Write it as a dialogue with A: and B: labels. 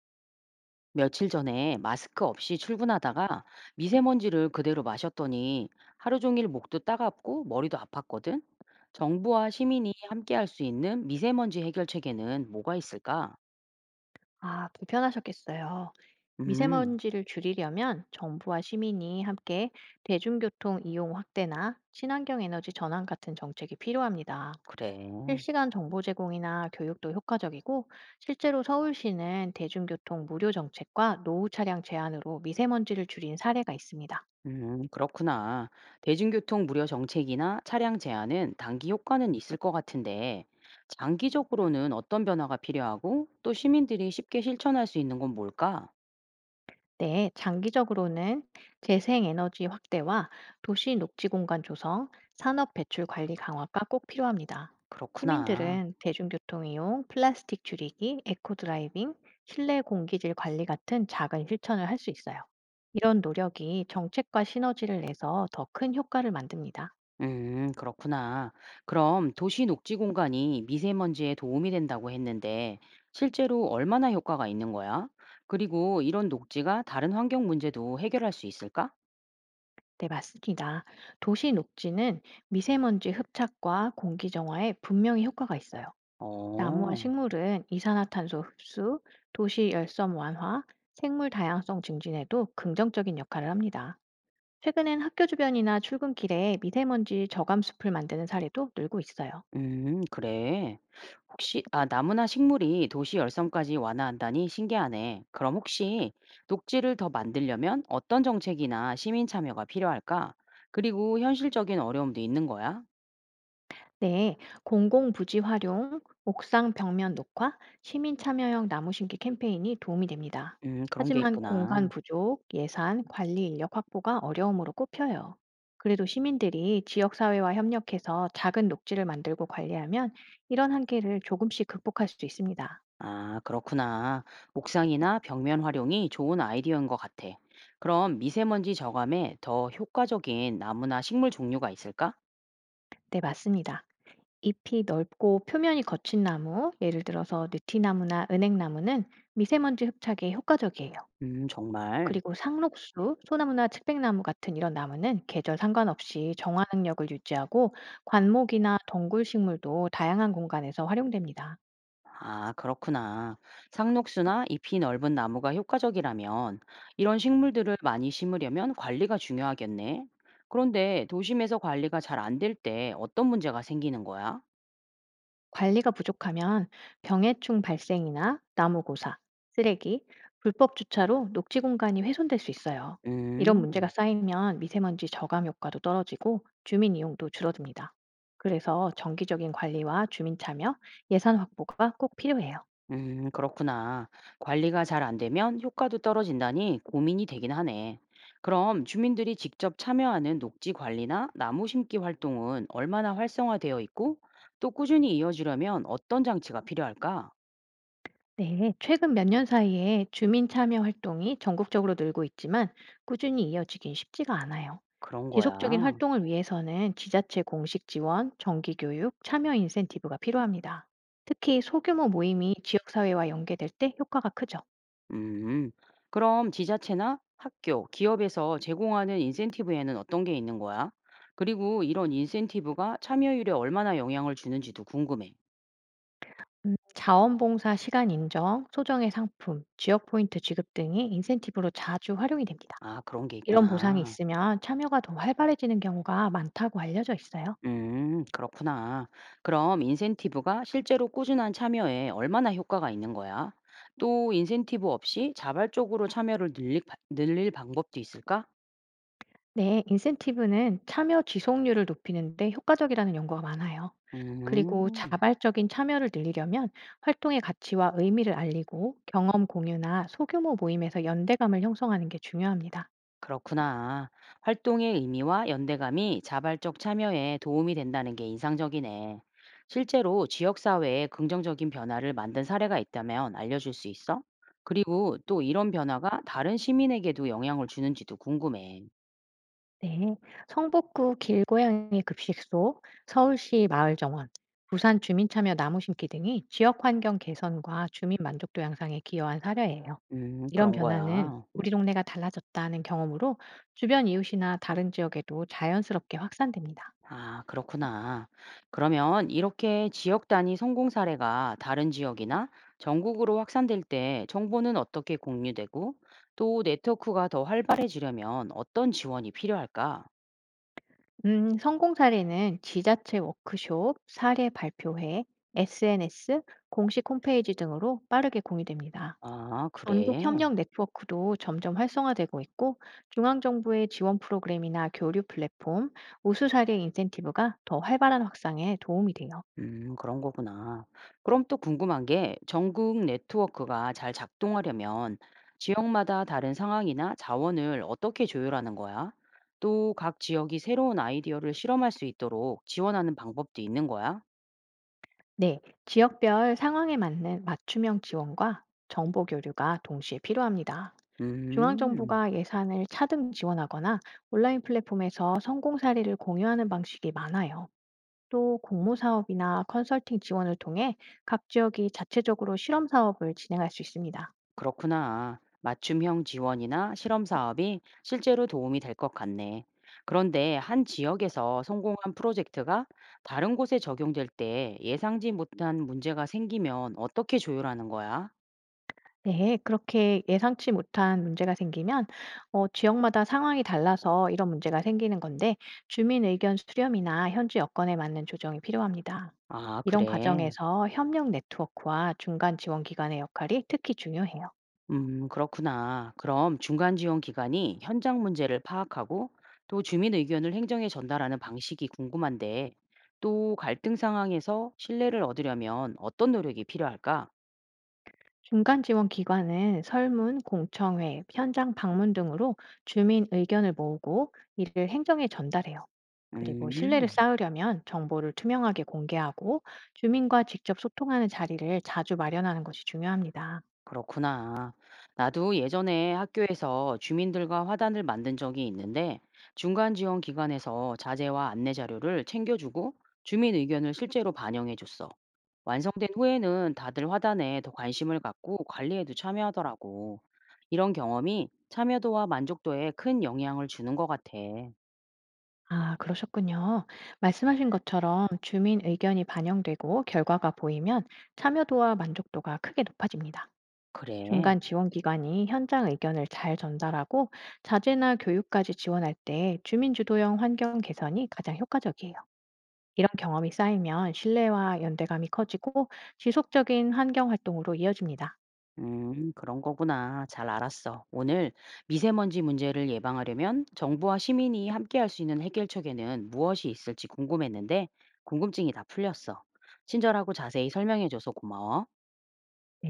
A: 며칠 전에 마스크 없이 출근하다가 미세먼지를 그대로 마셨더니 하루 종일 목도 따갑고 머리도 아팠거든. 정부와 시민이 함께 할 수 있는 미세먼지 해결책에는 뭐가 있을까?
B: 아, 불편하셨겠어요.
A: 음,
B: 미세먼지를 줄이려면 정부와 시민이 함께 대중교통 이용 확대나 친환경 에너지 전환 같은 정책이 필요합니다.
A: 그래.
B: 실시간 정보 제공이나 교육도 효과적이고, 실제로 서울시는 대중교통 무료 정책과 노후 차량 제한으로 미세먼지를 줄인 사례가 있습니다.
A: 그렇구나. 대중교통 무료 정책이나 차량 제한은 단기 효과는 있을 것 같은데, 장기적으로는 어떤 변화가 필요하고, 또 시민들이 쉽게 실천할 수 있는 건 뭘까?
B: 네, 장기적으로는 재생에너지 확대와 도시 녹지 공간 조성, 산업 배출 관리 강화가 꼭 필요합니다.
A: 그렇구나.
B: 시민들은 대중교통 이용, 플라스틱 줄이기, 에코 드라이빙, 실내 공기질 관리 같은 작은 실천을 할 수 있어요. 이런 노력이 정책과 시너지를 내서 더 큰 효과를 만듭니다.
A: 그렇구나. 그럼 도시 녹지 공간이 미세먼지에 도움이 된다고 했는데 실제로 얼마나 효과가 있는 거야? 그리고 이런 녹지가 다른 환경 문제도 해결할 수 있을까?
B: 네, 맞습니다. 도시 녹지는 미세먼지 흡착과 공기 정화에 분명히 효과가 있어요. 나무와
A: 어,
B: 식물은 이산화탄소 흡수, 도시 열섬 완화, 생물 다양성 증진에도 긍정적인 역할을 합니다. 최근엔 학교 주변이나 출근길에 미세먼지 저감 숲을 만드는 사례도 늘고 있어요.
A: 그래. 혹시, 아, 나무나 식물이 도시 열성까지 완화한다니 신기하네. 그럼 혹시 녹지를 더 만들려면 어떤 정책이나 시민 참여가 필요할까? 그리고 현실적인 어려움도 있는 거야?
B: 네, 공공부지 활용, 옥상 벽면 녹화, 시민 참여형 나무 심기 캠페인이 도움이 됩니다.
A: 그런 게
B: 하지만
A: 있구나.
B: 공간 부족, 예산, 관리 인력 확보가 어려움으로 꼽혀요. 그래도 시민들이 지역사회와 협력해서 작은 녹지를 만들고 관리하면 이런 한계를 조금씩 극복할 수 있습니다.
A: 아, 그렇구나. 옥상이나 벽면 활용이 좋은 아이디어인 것 같아. 그럼 미세먼지 저감에 더 효과적인 나무나 식물 종류가 있을까?
B: 네, 맞습니다. 잎이 넓고 표면이 거친 나무, 예를 들어서 느티나무나 은행나무는 미세먼지 흡착에 효과적이에요.
A: 정말.
B: 그리고 상록수, 소나무나 측백나무 같은 이런 나무는 계절 상관없이 정화 능력을 유지하고 관목이나 덩굴 식물도 다양한 공간에서 활용됩니다.
A: 아, 그렇구나. 상록수나 잎이 넓은 나무가 효과적이라면 이런 식물들을 많이 심으려면 관리가 중요하겠네. 그런데 도심에서 관리가 잘 안될 때 어떤 문제가 생기는 거야?
B: 관리가 부족하면 병해충 발생이나 나무 고사, 쓰레기, 불법 주차로 녹지 공간이 훼손될 수 있어요. 이런 문제가
A: 음.
B: 쌓이면 미세먼지 저감 효과도 떨어지고 주민 이용도 줄어듭니다. 그래서 정기적인 관리와 주민 참여, 예산 확보가 꼭 필요해요.
A: 그렇구나. 관리가 잘 안 되면 효과도 떨어진다니 고민이 되긴 하네. 그럼 주민들이 직접 참여하는 녹지 관리나 나무 심기 활동은 얼마나 활성화되어 있고 또 꾸준히 이어지려면 어떤 장치가 필요할까?
B: 네, 최근 몇 년 사이에 주민 참여 활동이 전국적으로 늘고 있지만 꾸준히 이어지긴 쉽지가 않아요.
A: 그런
B: 지속적인
A: 거야.
B: 활동을 위해서는 지자체 공식 지원, 정기 교육, 참여 인센티브가 필요합니다. 특히 소규모 모임이 지역사회와 연계될 때 효과가 크죠.
A: 음, 그럼 지자체나 학교, 기업에서 제공하는 인센티브에는 어떤 게 있는 거야? 그리고 이런 인센티브가 참여율에 얼마나 영향을 주는지도 궁금해.
B: 자원봉사 시간 인정, 소정의 상품, 지역 포인트 지급 등이 인센티브로 자주 활용이 됩니다.
A: 아, 그런 게
B: 이런 보상이
A: 있구나.
B: 있으면 참여가 더 활발해지는 경우가 많다고 알려져 있어요.
A: 그렇구나. 그럼 인센티브가 실제로 꾸준한 참여에 얼마나 효과가 있는 거야? 또 인센티브 없이 자발적으로 참여를 늘릴, 늘릴 방법도 있을까?
B: 네, 인센티브는 참여 지속률을 높이는데 효과적이라는 연구가 많아요. 그리고
A: 음,
B: 자발적인 참여를 늘리려면 활동의 가치와 의미를 알리고 경험 공유나 소규모 모임에서 연대감을 형성하는 게 중요합니다.
A: 그렇구나. 활동의 의미와 연대감이 자발적 참여에 도움이 된다는 게 인상적이네. 실제로 지역사회에 긍정적인 변화를 만든 사례가 있다면 알려줄 수 있어? 그리고 또 이런 변화가 다른 시민에게도 영향을 주는지도 궁금해.
B: 네, 성북구 길고양이 급식소, 서울시 마을정원, 부산 주민참여 나무 심기 등이 지역 환경 개선과 주민 만족도 향상에 기여한 사례예요. 이런
A: 그런
B: 변화는
A: 거야.
B: "우리 동네가 달라졌다."는 경험으로 주변 이웃이나 다른 지역에도 자연스럽게 확산됩니다.
A: 아, 그렇구나. 그러면 이렇게 지역 단위 성공 사례가 다른 지역이나 전국으로 확산될 때 정보는 어떻게 공유되고 또 네트워크가 더 활발해지려면 어떤 지원이 필요할까?
B: 성공 사례는 지자체 워크숍, 사례 발표회, SNS, 공식 홈페이지 등으로 빠르게 공유됩니다.
A: 아,
B: 전국
A: 그래.
B: 협력 네트워크도 점점 활성화되고 있고, 중앙정부의 지원 프로그램이나 교류 플랫폼, 우수 사례 인센티브가 더 활발한 확산에 도움이 돼요.
A: 그런 거구나. 그럼 또 궁금한 게 전국 네트워크가 잘 작동하려면 지역마다 다른 상황이나 자원을 어떻게 조율하는 거야? 또 각 지역이 새로운 아이디어를 실험할 수 있도록 지원하는 방법도 있는 거야?
B: 네, 지역별 상황에 맞는 맞춤형 지원과 정보 교류가 동시에 필요합니다.
A: 음,
B: 중앙정부가 예산을 차등 지원하거나 온라인 플랫폼에서 성공 사례를 공유하는 방식이 많아요. 또 공모사업이나 컨설팅 지원을 통해 각 지역이 자체적으로 실험 사업을 진행할 수 있습니다.
A: 그렇구나. 맞춤형 지원이나 실험 사업이 실제로 도움이 될 것 같네. 그런데 한 지역에서 성공한 프로젝트가 다른 곳에 적용될 때 예상지 못한 문제가 생기면 어떻게 조율하는 거야?
B: 네, 그렇게 예상치 못한 문제가 생기면 지역마다 상황이 달라서 이런 문제가 생기는 건데 주민 의견 수렴이나 현지 여건에 맞는 조정이 필요합니다.
A: 아,
B: 이런
A: 그래.
B: 과정에서 협력 네트워크와 중간 지원 기관의 역할이 특히 중요해요.
A: 그렇구나. 그럼 중간 지원 기관이 현장 문제를 파악하고 또 주민 의견을 행정에 전달하는 방식이 궁금한데 또 갈등 상황에서 신뢰를 얻으려면 어떤 노력이 필요할까?
B: 중간 지원 기관은 설문, 공청회, 현장 방문 등으로 주민 의견을 모으고 이를 행정에 전달해요. 그리고
A: 음,
B: 신뢰를 쌓으려면 정보를 투명하게 공개하고 주민과 직접 소통하는 자리를 자주 마련하는 것이 중요합니다.
A: 그렇구나. 나도 예전에 학교에서 주민들과 화단을 만든 적이 있는데 중간 지원 기관에서 자재와 안내 자료를 챙겨주고 주민 의견을 실제로 반영해줬어. 완성된 후에는 다들 화단에 더 관심을 갖고 관리에도 참여하더라고. 이런 경험이 참여도와 만족도에 큰 영향을 주는 것 같아.
B: 아, 그러셨군요. 말씀하신 것처럼 주민 의견이 반영되고 결과가 보이면 참여도와 만족도가 크게 높아집니다.
A: 그래.
B: 중간 지원 기관이 현장 의견을 잘 전달하고 자제나 교육까지 지원할 때 주민 주도형 환경 개선이 가장 효과적이에요. 이런 경험이 쌓이면 신뢰와 연대감이 커지고 지속적인 환경 활동으로 이어집니다.
A: 그런 거구나. 잘 알았어. 오늘 미세먼지 문제를 예방하려면 정부와 시민이 함께 할 수 있는 해결책에는 무엇이 있을지 궁금했는데 궁금증이 다 풀렸어. 친절하고 자세히 설명해줘서 고마워.
B: 네.